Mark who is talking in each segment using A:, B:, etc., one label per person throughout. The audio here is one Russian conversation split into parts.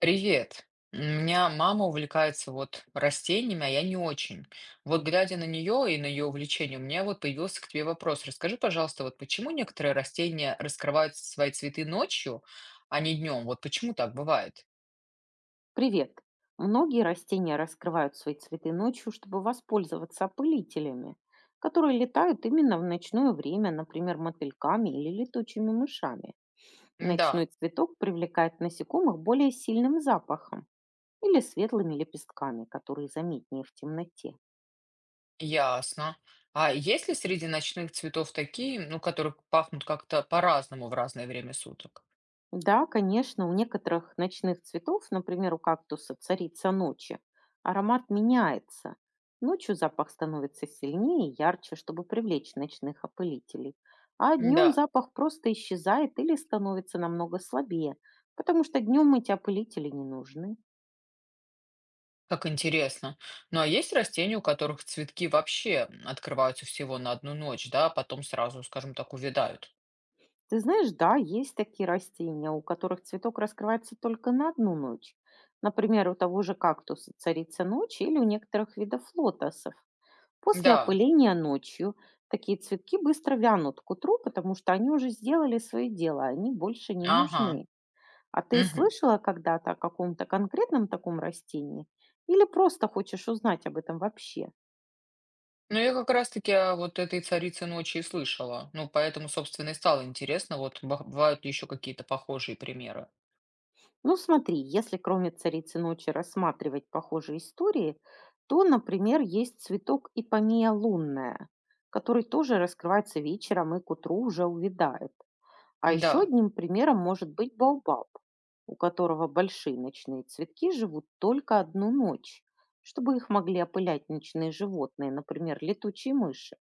A: Привет. У меня мама увлекается вот растениями, а я не очень. Вот глядя на нее и на ее увлечение, у меня вот появился к тебе вопрос. Расскажи, пожалуйста, вот почему некоторые растения раскрывают свои цветы ночью, а не днем? Вот почему так бывает?
B: Привет! Многие растения раскрывают свои цветы ночью, чтобы воспользоваться опылителями, которые летают именно в ночное время, например, мотыльками или летучими мышами. Ночной
A: Да,
B: цветок привлекает насекомых более сильным запахом или светлыми лепестками, которые заметнее в темноте.
A: ясно. А есть ли среди ночных цветов такие, ну, которые пахнут как-то по-разному в разное время суток?
B: Да, конечно, у некоторых ночных цветов, например, у кактуса царица ночи, аромат меняется. Ночью запах становится сильнее и ярче, чтобы привлечь ночных опылителей. А днем
A: Да.
B: запах просто исчезает или становится намного слабее, потому что днем эти опылители не нужны.
A: Как интересно. Ну а есть растения, у которых цветки вообще открываются всего на одну ночь, да, а потом сразу, скажем так, увядают?
B: Ты знаешь, да, есть такие растения, у которых цветок раскрывается только на одну ночь. Например, у того же кактуса царица ночи или у некоторых видов лотосов. После
A: Да,
B: опыления ночью такие цветки быстро вянут к утру, потому что они уже сделали свое дело, они больше не
A: ага,
B: нужны. А ты
A: мгм.
B: слышала когда-то о каком-то конкретном таком растении? Или просто хочешь узнать об этом вообще?
A: Ну я как раз-таки о вот этой царице ночи и слышала. Ну поэтому, собственно, и стало интересно, вот бывают ли еще какие-то похожие примеры?
B: Ну смотри, если кроме царицы ночи рассматривать похожие истории, то, например, есть цветок ипомея лунная, который тоже раскрывается вечером и к утру уже увядает. А еще
A: Да,
B: одним примером может быть баобаб, у которого большие ночные цветки живут только одну ночь, чтобы их могли опылять ночные животные, например, летучие мыши.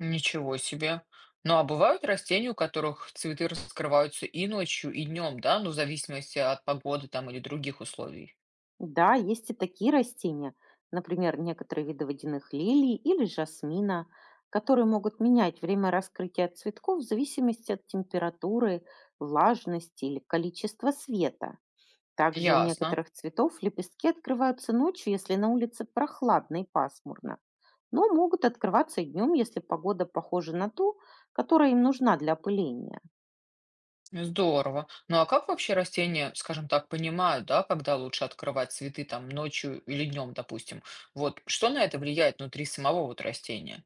A: ничего себе. Ну а бывают растения, у которых цветы раскрываются и ночью, и днем, да, ну в зависимости от погоды там или других условий?
B: Да, есть и такие растения, например, некоторые виды водяных лилий или жасмина, которые могут менять время раскрытия цветков в зависимости от температуры, влажности или количества света. Также у
A: Ясно.
B: некоторых цветов лепестки открываются ночью, если на улице прохладно и пасмурно, но могут открываться и днем, если погода похожа на ту, которая им нужна для опыления.
A: Здорово. Ну а как вообще растения, скажем так, понимают, да, когда лучше открывать цветы там ночью или днем, допустим? Вот что на это влияет внутри самого вот растения?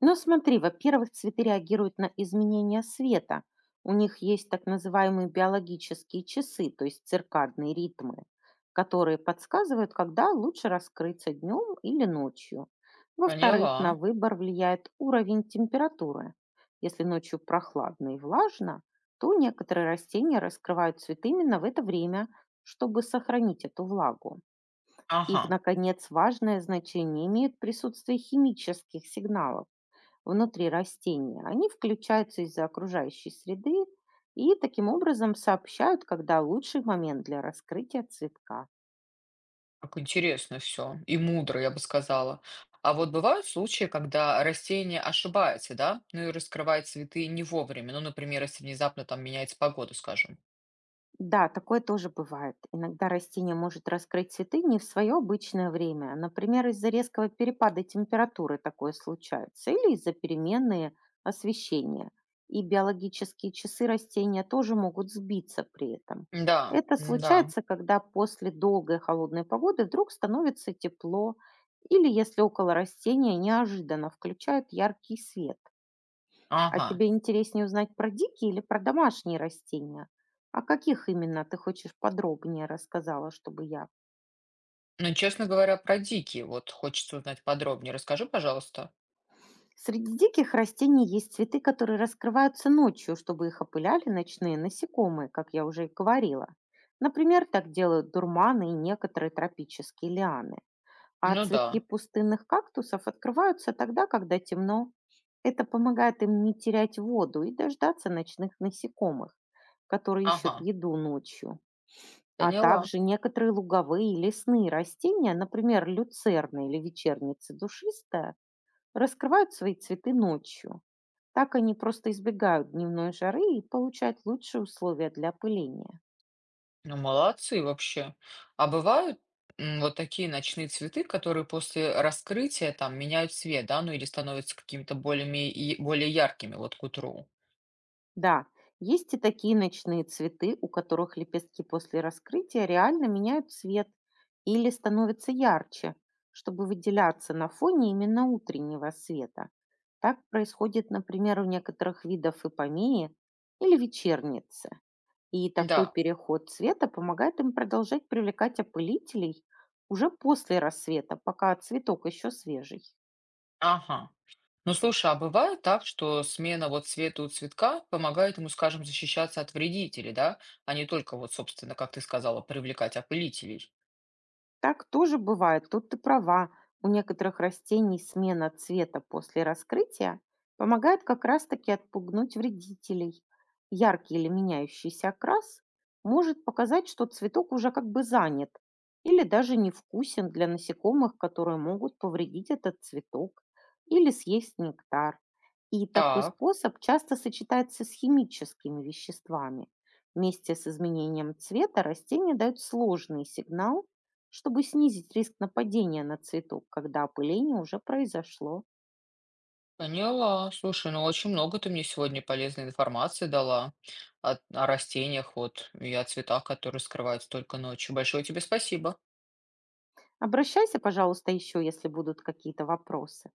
B: Но смотри, во-первых, цветы реагируют на изменения света. У них есть так называемые биологические часы, то есть циркадные ритмы, которые подсказывают, когда лучше раскрыться днем или ночью. Во-вторых, на
A: Поняла.
B: выбор влияет уровень температуры. Если ночью прохладно и влажно, то некоторые растения раскрывают цветы именно в это время, чтобы сохранить эту влагу. И, в
A: Ага,
B: наконец, важное значение имеет присутствие химических сигналов внутри растения. Они включаются из-за окружающей среды и таким образом сообщают, когда лучший момент для раскрытия цветка.
A: как интересно все. И мудро, я бы сказала. А вот бывают случаи, когда растение ошибается, да, ну и раскрывает цветы не вовремя. Ну, например, если внезапно там меняется погода, скажем.
B: Да, такое тоже бывает. Иногда растение может раскрыть цветы не в свое обычное время. Например, из-за резкого перепада температуры такое случается. Или из-за переменные освещения. И биологические часы растения тоже могут сбиться при этом.
A: Да,
B: Это
A: да.
B: случается, когда после долгой холодной погоды вдруг становится тепло, или если около растения неожиданно включают яркий свет. А
A: Ага.
B: тебе интереснее узнать про дикие или про домашние растения? О каких именно ты хочешь подробнее рассказала, чтобы я?
A: Ну, честно говоря, про дикие вот хочется узнать подробнее. Расскажи, пожалуйста.
B: Среди диких растений есть цветы, которые раскрываются ночью, чтобы их опыляли ночные насекомые, как я уже и говорила. Например, так делают дурманы и некоторые тропические лианы. А
A: Ну
B: цветки
A: да.
B: пустынных кактусов открываются тогда, когда темно. Это помогает им не терять воду и дождаться ночных насекомых, которые ищут
A: Ага,
B: еду ночью. А
A: поняла.
B: также некоторые луговые и лесные растения, например, люцерна или вечерница душистая, раскрывают свои цветы ночью. Так они просто избегают дневной жары и получают лучшие условия для опыления.
A: Ну, молодцы вообще. А бывают вот такие ночные цветы, которые после раскрытия там меняют цвет, да, ну или становятся какими-то более, более яркими вот к утру.
B: Да, есть и такие ночные цветы, у которых лепестки после раскрытия реально меняют цвет или становятся ярче, чтобы выделяться на фоне именно утреннего света. Так происходит, например, у некоторых видов ипомеи или вечерницы. И такой
A: Да,
B: переход цвета помогает им продолжать привлекать опылителей уже после рассвета, пока цветок еще свежий.
A: ага. Ну, слушай, а бывает так, что смена вот цвета у цветка помогает ему, скажем, защищаться от вредителей, да, а не только вот, собственно, как ты сказала, привлекать опылителей.
B: Так тоже бывает, тут ты права. У некоторых растений смена цвета после раскрытия помогает как раз-таки отпугнуть вредителей. Яркий или меняющийся окрас может показать, что цветок уже как бы занят или даже невкусен для насекомых, которые могут повредить этот цветок или съесть нектар. И такой
A: Так.
B: способ часто сочетается с химическими веществами. Вместе с изменением цвета растения дают сложный сигнал, чтобы снизить риск нападения на цветок, когда опыление уже произошло.
A: Поняла. Слушай, ну очень много ты мне сегодня полезной информации дала о растениях вот и о цветах, которые скрываются только ночью. Большое тебе спасибо.
B: Обращайся, пожалуйста, еще, если будут какие-то вопросы.